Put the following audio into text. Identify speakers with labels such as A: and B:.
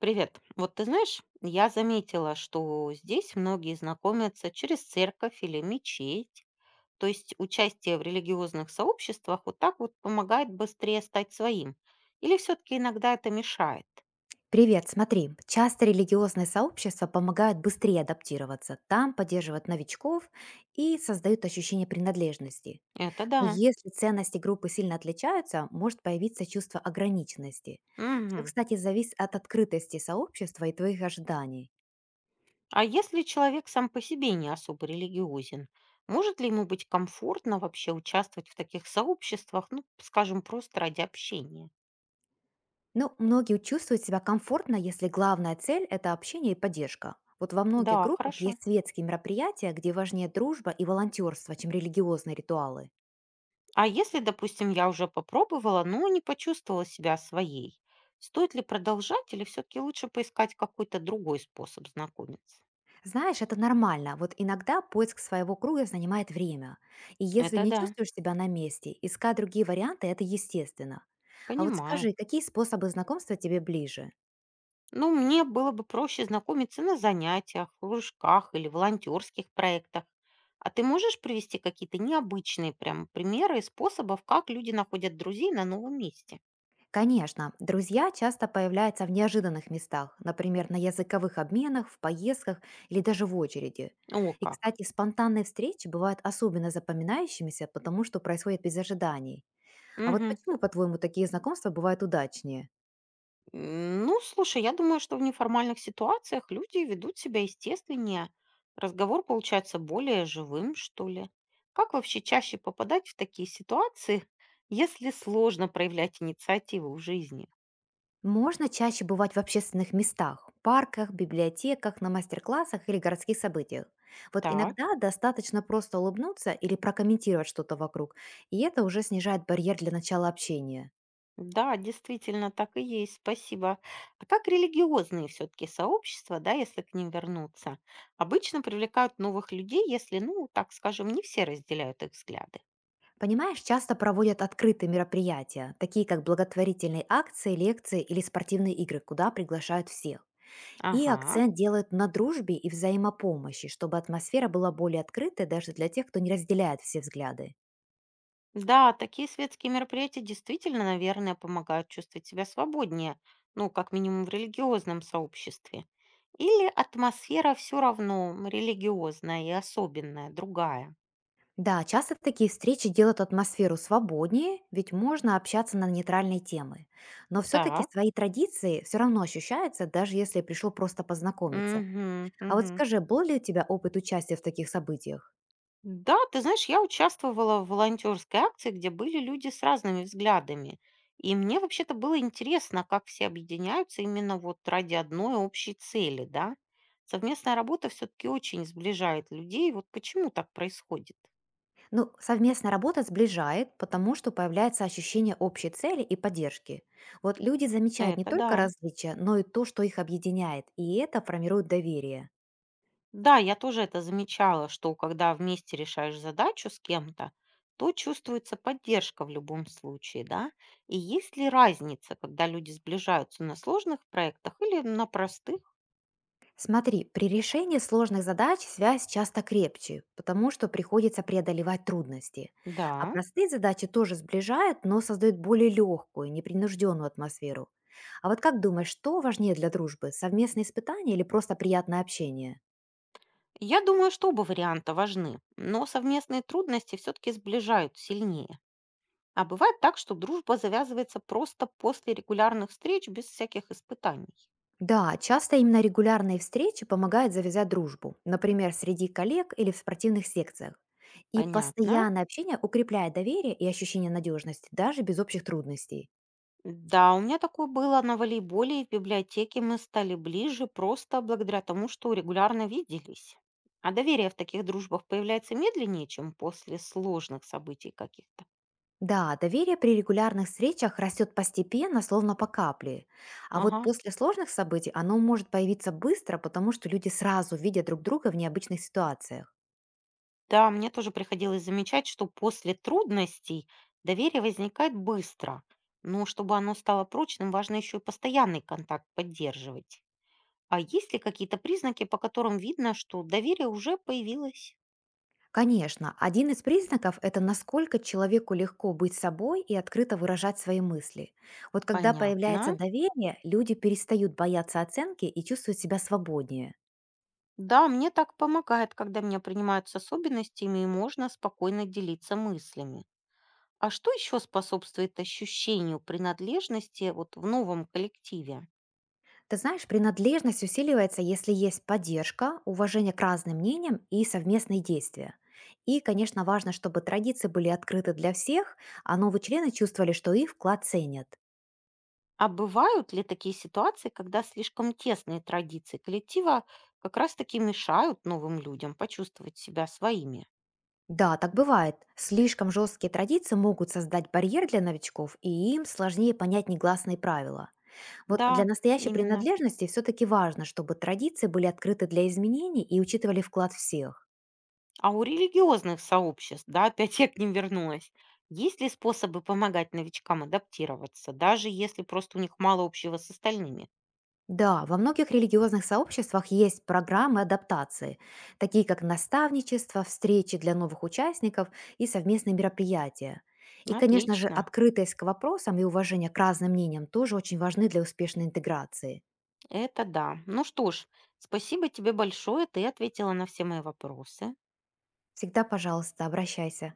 A: Привет. Вот ты знаешь, я заметила, что здесь многие знакомятся через церковь или мечеть. То есть участие в религиозных сообществах вот так вот помогает быстрее стать своим. Или все-таки иногда это мешает?
B: Привет, смотри, часто религиозные сообщества помогают быстрее адаптироваться, там поддерживают новичков и создают ощущение принадлежности.
A: Это
B: Но
A: да.
B: если ценности группы сильно отличаются, может появиться чувство ограниченности. Все,
A: Мгм.
B: кстати, зависит от открытости сообщества и твоих ожиданий.
A: А если человек сам по себе не особо религиозен, может ли ему быть комфортно вообще участвовать в таких сообществах, ну, скажем, просто ради общения?
B: Но многие чувствуют себя комфортно, если главная цель– это общение и поддержка. Вот во многих
A: Да,
B: группах
A: хорошо.
B: есть светские мероприятия, где важнее дружба и волонтерство, чем религиозные ритуалы.
A: А если, допустим, я уже попробовала, но не почувствовала себя своей, стоит ли продолжать или все-таки лучше поискать какой-то другой способ знакомиться?
B: Знаешь, это нормально. Вот иногда поиск своего круга занимает время. И если
A: Это
B: не
A: да.
B: чувствуешь себя на месте, искать другие варианты– это естественно. А вот
A: Понимаю.
B: скажи, какие способы знакомства тебе ближе?
A: Ну, мне было бы проще знакомиться на занятиях, кружках или волонтерских проектах. А ты можешь привести какие-то необычные прям примеры способов, как люди находят друзей на новом месте?
B: Конечно, друзья часто появляются в неожиданных местах, например, на языковых обменах, в поездках или даже в очереди.
A: О,
B: И,
A: как.
B: кстати, спонтанные встречи бывают особенно запоминающимися, потому что происходят без ожиданий. А вот
A: Мгм.
B: почему, по-твоему, такие знакомства бывают удачнее?
A: Ну, слушай, я думаю, что в неформальных ситуациях люди ведут себя естественнее. Разговор получается более живым, что ли. Как вообще чаще попадать в такие ситуации, если сложно проявлять инициативу в жизни?
B: Можно чаще бывать в общественных местах, парках, библиотеках, на мастер-классах или городских событиях. Вот
A: Так,
B: иногда достаточно просто улыбнуться или прокомментировать что-то вокруг, и это уже снижает барьер для начала общения.
A: да, действительно, так и есть, спасибо. А как религиозные все-таки сообщества, да, если к ним вернуться, обычно привлекают новых людей, если, ну, так скажем, не все разделяют их взгляды?
B: Понимаешь, часто проводят открытые мероприятия, такие как благотворительные акции, лекции или спортивные игры, куда приглашают всех. И
A: Ага.
B: акцент делают на дружбе и взаимопомощи, чтобы атмосфера была более открытой даже для тех, кто не разделяет все взгляды.
A: Да, такие светские мероприятия действительно, наверное, помогают чувствовать себя свободнее, ну, как минимум в религиозном сообществе. Или атмосфера все равно религиозная и особенная, другая.
B: Да, часто такие встречи делают атмосферу свободнее, ведь можно общаться на нейтральные темы. Но все-таки
A: Так.
B: свои традиции все равно ощущаются, даже если пришел просто познакомиться. А вот
A: Угу.
B: скажи, был ли у тебя опыт участия в таких событиях?
A: Да, ты знаешь, я участвовала в волонтерской акции, где были люди с разными взглядами. И мне вообще-то было интересно, как все объединяются именно вот ради одной общей цели, да? Совместная работа все-таки очень сближает людей. Вот почему так происходит?
B: Ну, совместная работа сближает, потому что появляется ощущение общей цели и поддержки. Вот люди замечают не
A: Это
B: только
A: да.
B: различия, но и то, что их объединяет, и это формирует доверие.
A: Да, я тоже это замечала, что когда вместе решаешь задачу с кем-то, то чувствуется поддержка в любом случае, да? И есть ли разница, когда люди сближаются на сложных проектах или на простых?
B: Смотри, при решении сложных задач связь часто крепче, потому что приходится преодолевать трудности. А
A: Да,
B: простые задачи тоже сближают, но создают более легкую, непринужденную атмосферу. А вот как думаешь, что важнее для дружбы– совместные испытания или просто приятное общение?
A: я думаю, что оба варианта важны, но совместные трудности все-таки сближают сильнее. А бывает так, что дружба завязывается просто после регулярных встреч без всяких испытаний.
B: Да, часто именно регулярные встречи помогают завязать дружбу, например, среди коллег или в спортивных секциях. И
A: Понятно.
B: постоянное общение укрепляет доверие и ощущение надежности, даже без общих трудностей.
A: Да, у меня такое было на волейболе и в библиотеке мы стали ближе просто благодаря тому, что регулярно виделись. А доверие в таких дружбах появляется медленнее, чем после сложных событий каких-то.
B: Да, доверие при регулярных встречах растет постепенно, словно по капле. А вот
A: Ага.
B: после сложных событий оно может появиться быстро, потому что люди сразу видят друг друга в необычных ситуациях.
A: Да, мне тоже приходилось замечать, что после трудностей доверие возникает быстро, но чтобы оно стало прочным, важно еще и постоянный контакт поддерживать. А есть ли какие-то признаки, по которым видно, что доверие уже появилось?
B: Конечно, один из признаков– это насколько человеку легко быть собой и открыто выражать свои мысли. Вот когда появляется
A: Понятно.
B: доверие, люди перестают бояться оценки и чувствуют себя свободнее.
A: Да, мне так помогает, когда меня принимают с особенностями и можно спокойно делиться мыслями. А что еще способствует ощущению принадлежности вот в новом коллективе?
B: Ты знаешь, принадлежность усиливается, если есть поддержка, уважение к разным мнениям и совместные действия. И, конечно, важно, чтобы традиции были открыты для всех, а новые члены чувствовали, что их вклад ценят.
A: А бывают ли такие ситуации, когда слишком тесные традиции коллектива как раз-таки мешают новым людям почувствовать себя своими?
B: Да, так бывает. Слишком жесткие традиции могут создать барьер для новичков, и им сложнее понять негласные правила. Вот для
A: Да,
B: настоящей
A: именно.
B: принадлежности все-таки важно, чтобы традиции были открыты для изменений и учитывали вклад всех.
A: А у религиозных сообществ, да, опять я к ним вернулась, есть ли способы помогать новичкам адаптироваться, даже если просто у них мало общего с остальными?
B: Да, во многих религиозных сообществах есть программы адаптации, такие как наставничество, встречи для новых участников и совместные мероприятия. И, конечно же,
A: Отлично,
B: открытость к вопросам и уважение к разным мнениям тоже очень важны для успешной интеграции.
A: это да. Ну что ж, спасибо тебе большое, ты ответила на все мои вопросы.
B: Всегда, пожалуйста, обращайся.